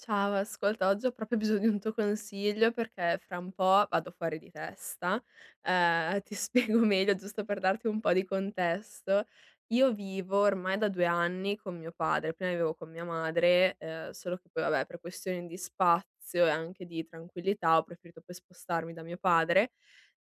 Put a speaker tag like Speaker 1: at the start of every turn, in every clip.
Speaker 1: Ciao, ascolta, oggi ho proprio bisogno di un tuo consiglio perché fra un po' vado fuori di testa. Ti spiego meglio, giusto per darti un po' di contesto. Io vivo ormai da 2 anni con mio padre, prima vivevo con mia madre, solo che poi vabbè per questioni di spazio e anche di tranquillità ho preferito poi spostarmi da mio padre.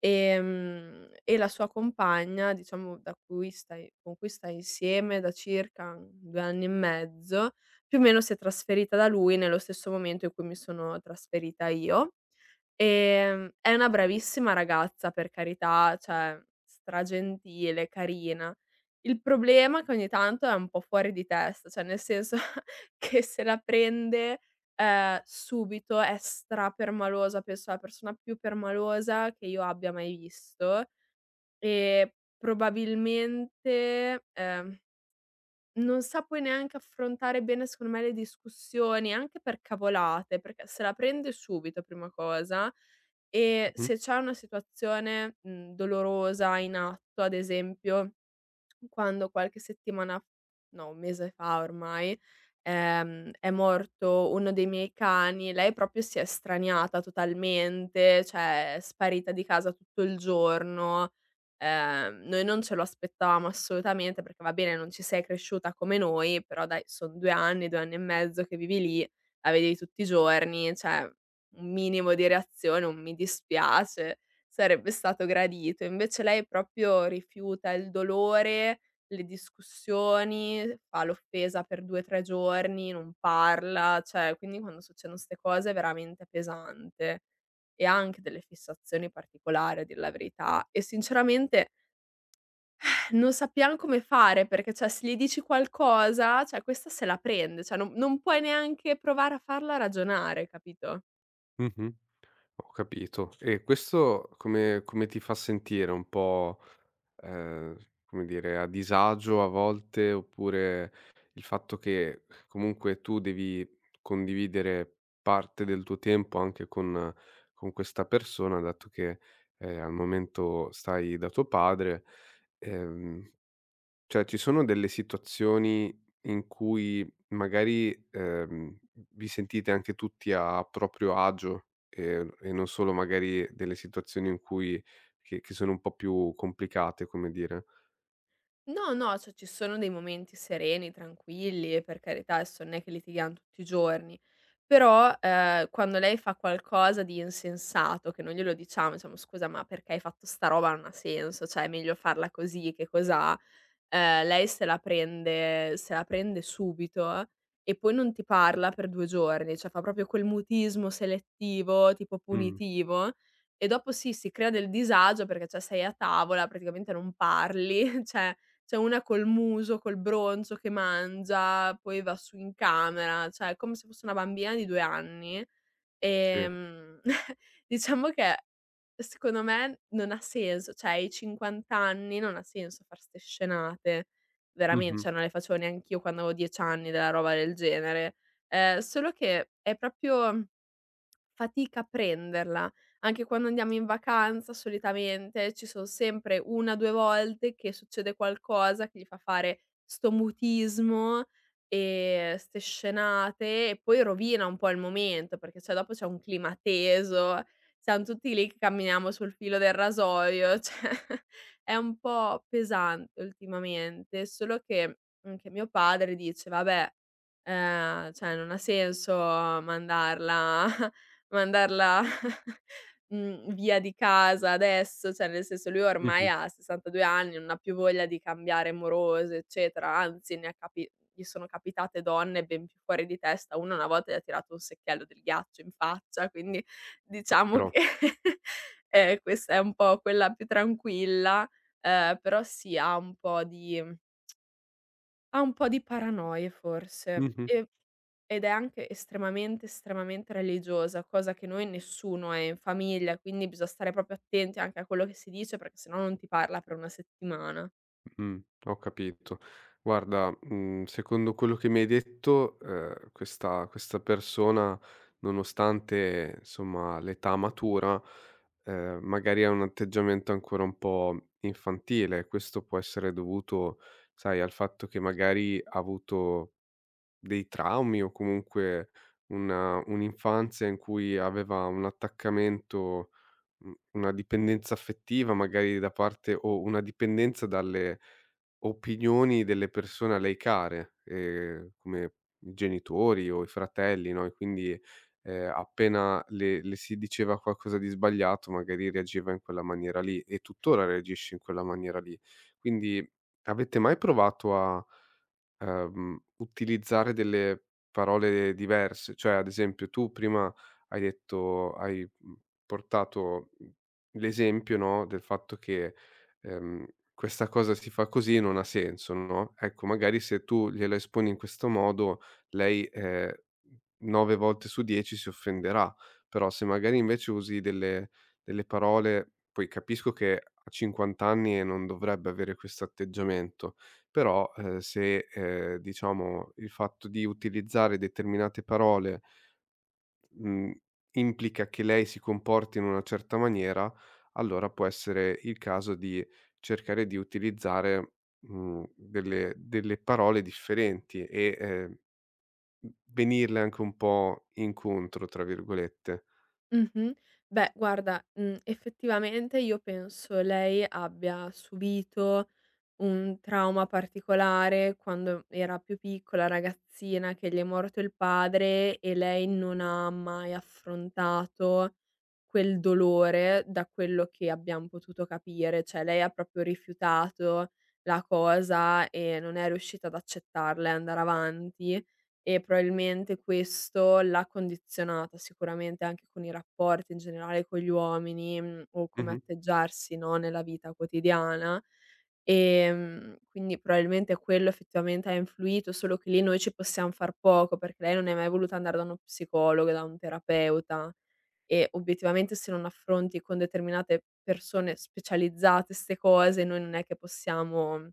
Speaker 1: E la sua compagna, diciamo da cui stai con cui sta insieme da circa 2 anni e mezzo, più o meno si è trasferita da lui nello stesso momento in cui mi sono trasferita io. È una bravissima ragazza per carità, cioè stragentile, carina. Il problema è che ogni tanto è un po' fuori di testa, cioè nel senso che se la prende, subito, è strapermalosa, penso la persona più permalosa che io abbia mai visto e probabilmente, non sa poi neanche affrontare bene, secondo me, le discussioni, anche per cavolate, perché se la prende subito, prima cosa, e
Speaker 2: Mh,
Speaker 1: se c'è una situazione, dolorosa in atto, ad esempio quando qualche settimana no, un mese fa ormai, è morto uno dei miei cani, lei proprio si è straniata totalmente, cioè è sparita di casa tutto il giorno. Noi non ce lo aspettavamo assolutamente perché va bene, non ci sei cresciuta come noi, però dai, sono 2 anni, 2 anni e mezzo che vivi lì, la vedevi tutti i giorni, cioè un minimo di reazione, un mi dispiace sarebbe stato gradito. Invece lei proprio rifiuta il dolore, le discussioni, fa l'offesa per 2, 3 giorni, non parla, cioè quindi quando succedono 'ste cose è veramente pesante. E ha anche delle fissazioni particolari, a dir la verità. E sinceramente non sappiam come fare perché, cioè, se gli dici qualcosa, cioè questa se la prende, cioè non puoi neanche provare a farla ragionare, capito?
Speaker 2: mh-mh. Ho capito. E questo come ti fa sentire? Un po', ehm, come dire, a disagio a volte? Oppure il fatto che comunque tu devi condividere parte del tuo tempo anche con questa persona, dato che, al momento stai da tuo padre, ehm cioè, ci sono delle situazioni in cui magari, vi sentite anche tutti a proprio agio e non solo magari delle situazioni in cui che sono un po' più complicate, come dire.
Speaker 1: No, no, cioè ci sono dei momenti sereni, tranquilli, e per carità, adesso non è che litighiamo tutti i giorni, però, quando lei fa qualcosa di insensato che non glielo diciamo, diciamo: "Scusa, ma perché hai fatto sta roba? Non ha senso, cioè è meglio farla così che cosà". Lei se la prende subito e poi non ti parla per 2 giorni, cioè fa proprio quel mutismo selettivo, tipo
Speaker 2: Mh,
Speaker 1: punitivo, e dopo sì, si crea del disagio perché, cioè, sei a tavola, praticamente non parli, cioè c'è una col muso, col broncio che mangia, poi va su in camera, cioè è come se fosse una bambina di 2 anni.
Speaker 2: sì.
Speaker 1: Ehm, diciamo che secondo me non ha senso, cioè ai 50 anni non ha senso far 'ste scenate, veramen
Speaker 2: Mh-mh,
Speaker 1: cioè non le facevo neanch'io quando avevo 10 anni della roba del genere. Solo che è proprio fatica a prenderla. Anche quando andiamo in vacanza solitamente ci son sempre 1, 2 volte che succede qualcosa che gli fa fare sto mutismo e 'ste scenate e poi rovina un po' il momento, perché cioè dopo c'è un clima teso, siam tutti lì che camminiamo sul filo del rasoio, cioè è un po' pesante ultimamente, solo che anche mio padre dice: "Vabbè, cioè non ha senso mandarla Mandarla, mhmm, via di casa adesso, cioè nel senso lui ormai
Speaker 2: mh-mh,
Speaker 1: ha 62 anni, non ha più voglia di cambiare morose, eccetera, anzi ne ha capi gli sono capitate donne ben più fuori di testa. Una volta gli ha tirato un secchiello del ghiaccio in faccia, quindi diciamo
Speaker 2: però
Speaker 1: che, questa è un po' quella più tranquilla, però sì, ha un po' di paranoie forse,
Speaker 2: mh-mh.
Speaker 1: e ed è anche estremamente, estremamente religiosa, cosa che noi nessuno è in famiglia, quindi bisogna stare proprio attenti anche a quello che si dice, perché se no non ti parla per una settimana.
Speaker 2: Mh, ho capito. Guarda, secondo quello che mi hai detto, questa persona, nonostante insomma l'età matura, magari ha un atteggiamento ancora un po' infantile. Questo può essere dovuto, sai, al fatto che magari ha avuto dei traumi o comunque una un'infanzia in cui aveva un attaccamento. Una dipendenza affettiva magari da parte, o una dipendenza dalle opinioni delle persone a lei care, come i genitori o i fratelli, no, e quindi, appena le si diceva qualcosa di sbagliato magari reagiva in quella maniera lì e tuttora reagisce in quella maniera lì. Quindi avete mai provato a utilizzare delle parole diverse? Cioè, ad esempio tu prima hai detto hai, portato, l'esempio, no, del fatto che, ehm, questa cosa si fa così, non ha senso, no? Ecco, magari se tu gliela esponi in questo modo lei, 9 volte su 10 si offenderà, però se magari invece usi delle parole, poi capisco che a 50 anni e non dovrebbe avere questo atteggiamento, però, se, diciamo il fatto di utilizzare determinate parole, mhmm, implica che lei si comporti in una certa maniera, allora può essere il caso di cercare di utilizzare, delle parole differenti e, v venirle anche un po' "incontro" tra virgolette.
Speaker 1: Mh-mh. Beh guarda, effettivamente io penso lei abbia subito un trauma particolare quando era più piccola, ragazzina, che gli è morto il padre e lei non ha mai affrontato quel dolore, da quello che abbiam potuto capire. Cioè lei ha proprio rifiutato la cosa e non è riuscita ad accettarla e andare avanti e probabilmente questo l'ha condizionata sicuramente anche con i rapporti in generale con gli uomini, o come
Speaker 2: Mh-mh,
Speaker 1: atteggiarsi, no, nella vita quotidiana. Quindi probabilmente quello effettivamente ha influito, solo che lì noi ci possiam far poco, perché lei non è mai voluta andare da uno psicologo, da un terapeuta e obiettivamente se non affronti con determinate persone specializzate 'ste cose, noi non è che possiamo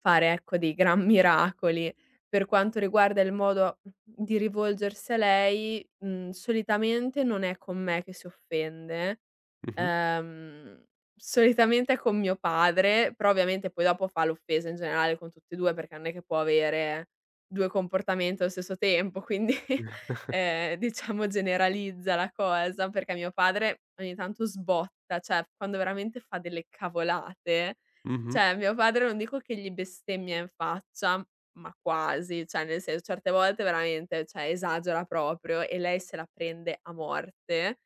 Speaker 1: fare, ecco, dei gran miracoli. Per quanto riguarda il modo di rivolgersi a lei, solitamente non è con me che si offende,
Speaker 2: mh-mh,
Speaker 1: ehm, solitamente è con mio padre, però ovviamente poi dopo fa l'offesa in generale con tutti e 2 perché non è che può avere 2 comportamenti allo stesso tempo, quindi, diciamo generalizza la cosa, perché mio padre ogni tanto sbotta, cioè quando veramente fa delle cavolate,
Speaker 2: mh-mh,
Speaker 1: cioè, mio padre non dico che gli bestemmia in faccia, ma quasi, cioè nel senso certe volte veramente, cioè esagera proprio e lei se la prende a morte,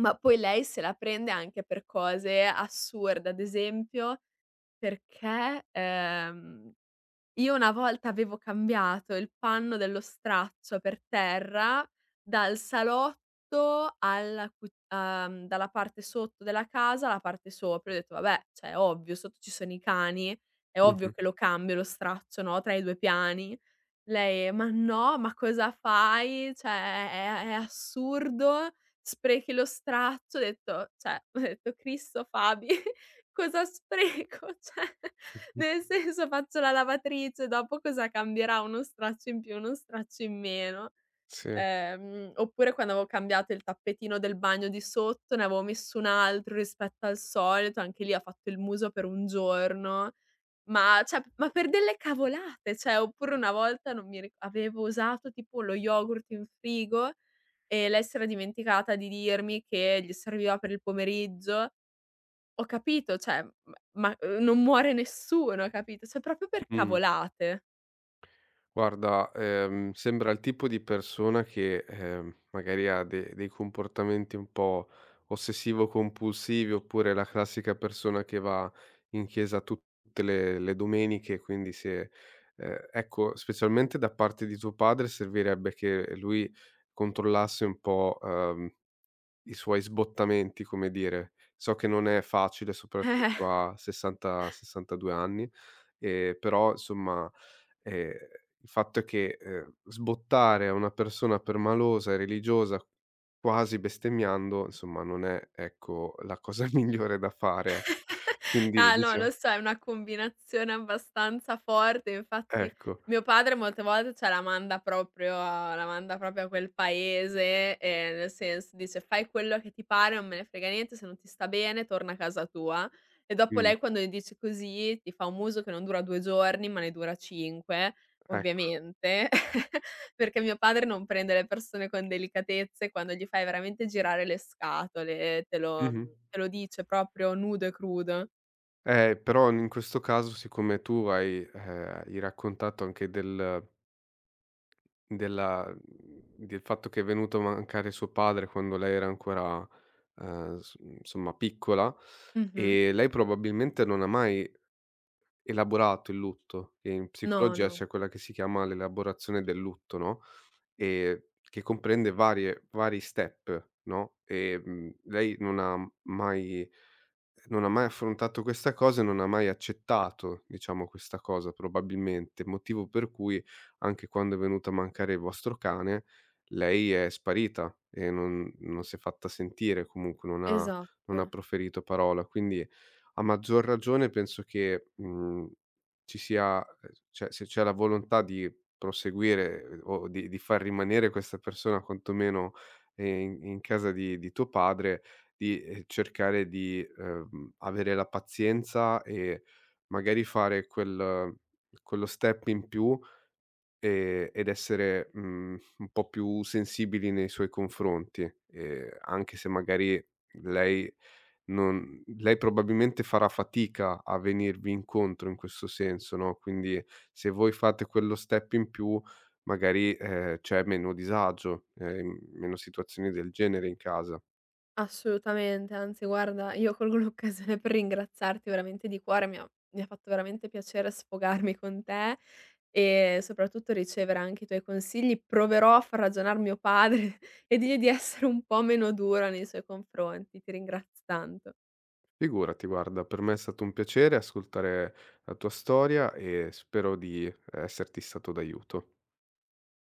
Speaker 1: ma poi lei se la prende anche per cose assurde, ad esempio perché, io una volta avevo cambiato il panno dello straccio per terra dal salotto alla cu dalla parte sotto della casa alla parte sopra. Io ho detto: "Vabbè, cioè, è ovvio, sotto ci sono i cani, è ovvio
Speaker 2: mh-mh.
Speaker 1: che lo cambio lo straccio, no, tra i 2 piani". Lei: "Ma no, ma cosa fai? Cioè è assurdo, sprechi lo straccio." Ho detto cioè, ho detto: "Cristo Fabi, cosa spreco?" Cioè, nel senso faccio la lavatrice, dopo cosa cambierà? Uno straccio in più, uno straccio in meno.
Speaker 2: Sì,
Speaker 1: Oppure quando avevo cambiato il tappetino del bagno di sotto, ne avevo messo un altro rispetto al solito, anche lì ha fatto il muso per un giorno. Ma cioè ma per delle cavolate, cioè oppure una volta non mi ri avevo usato tipo lo yogurt in frigo e lei si era dimenticata di dirmi che gli serviva per il pomeriggio. Ho capito, cioè, non muore nessuno, capito? Cioè proprio per
Speaker 2: mh.
Speaker 1: cavolate.
Speaker 2: Guarda, sembra il tipo di persona che, magari ha de dei comportamenti un po' ossessivo-compulsivi, oppure la classica persona che va in chiesa tutte le domeniche, quindi se ecco, specialmente da parte di tuo padre servirebbe che lui controllasse un po', i suoi sbottamenti, come dire. So che non è facile,
Speaker 1: Eh.
Speaker 2: soprattutto a 60, 62 anni, però insomma. Ehm, il fatto è che, sbottare a una persona permalosa e religiosa, quasi bestemmiando, insomma non è, ecco, la cosa migliore da fare, ecco. Quindi
Speaker 1: Ah, no,
Speaker 2: diciamo,
Speaker 1: lo so, è una combinazione abbastanza forte. Infatti
Speaker 2: ecco,
Speaker 1: mio padre molte volte, cioè, la manda proprio a quel paese, nel senso dice: "Fai quello che ti pare, non me ne frega niente, se non ti sta bene torna a casa tua". E dopo
Speaker 2: mh,
Speaker 1: lei quando gli dice così, ti fa un muso che non dura 2 giorni, ma ne dura 5,
Speaker 2: ecco.
Speaker 1: ovviamente. Perché mio padre non prende le persone con delicatezze, quando gli fai veramente girare le scatole,
Speaker 2: Mh-mh.
Speaker 1: te lo dice proprio nudo e crudo.
Speaker 2: Però in questo caso siccome tu hai hai raccontato anche del della del fatto che è venuto a mancare suo padre quando lei era ancora, s insomma piccola,
Speaker 1: Mh-mh.
Speaker 2: e lei probabilmente non ha mai elaborato il lutto, che in
Speaker 1: No,
Speaker 2: psicologia
Speaker 1: no,
Speaker 2: c'è quella che si chiama l'elaborazione del lutto, no, che comprende vari step, no, lei non ha mai affrontato questa cosa e non ha mai accettato, diciamo, questa cosa probabilmente, motivo per cui anche quando è venuto a mancare il vostro cane, lei è sparita e non si è fatta sentire, comunque non ha
Speaker 1: esatto,
Speaker 2: proferito parola. Quindi a maggior ragione penso che, ci sia cioè se c'è la volontà di proseguire o di far rimanere questa persona quantomeno, in in casa di tuo padre, di, cercare di, avere la pazienza e magari fare quello step in più. Ed essere, un po' più sensibili nei suoi confronti, anche se magari lei non lei probabilmente farà fatica a venirvi incontro in questo senso, no, quindi se voi fate quello step in più magari, c'è meno disagio, meno situazioni del genere in casa.
Speaker 1: assolutamente. Anzi guarda, io colgo l'occasione per ringraziarti veramente di cuore, mi ha fatto veramente piacere sfogarmi con te e soprattutto ricevere anche i tuoi consigli. Proverò a far ragionar mio padre e dirgli di essere un po' meno dura nei suoi confronti. Ti ringrazio tanto.
Speaker 2: Figurati guarda, per me è stato un piacere ascoltare la tua storia e spero di esserti stato d'aiuto.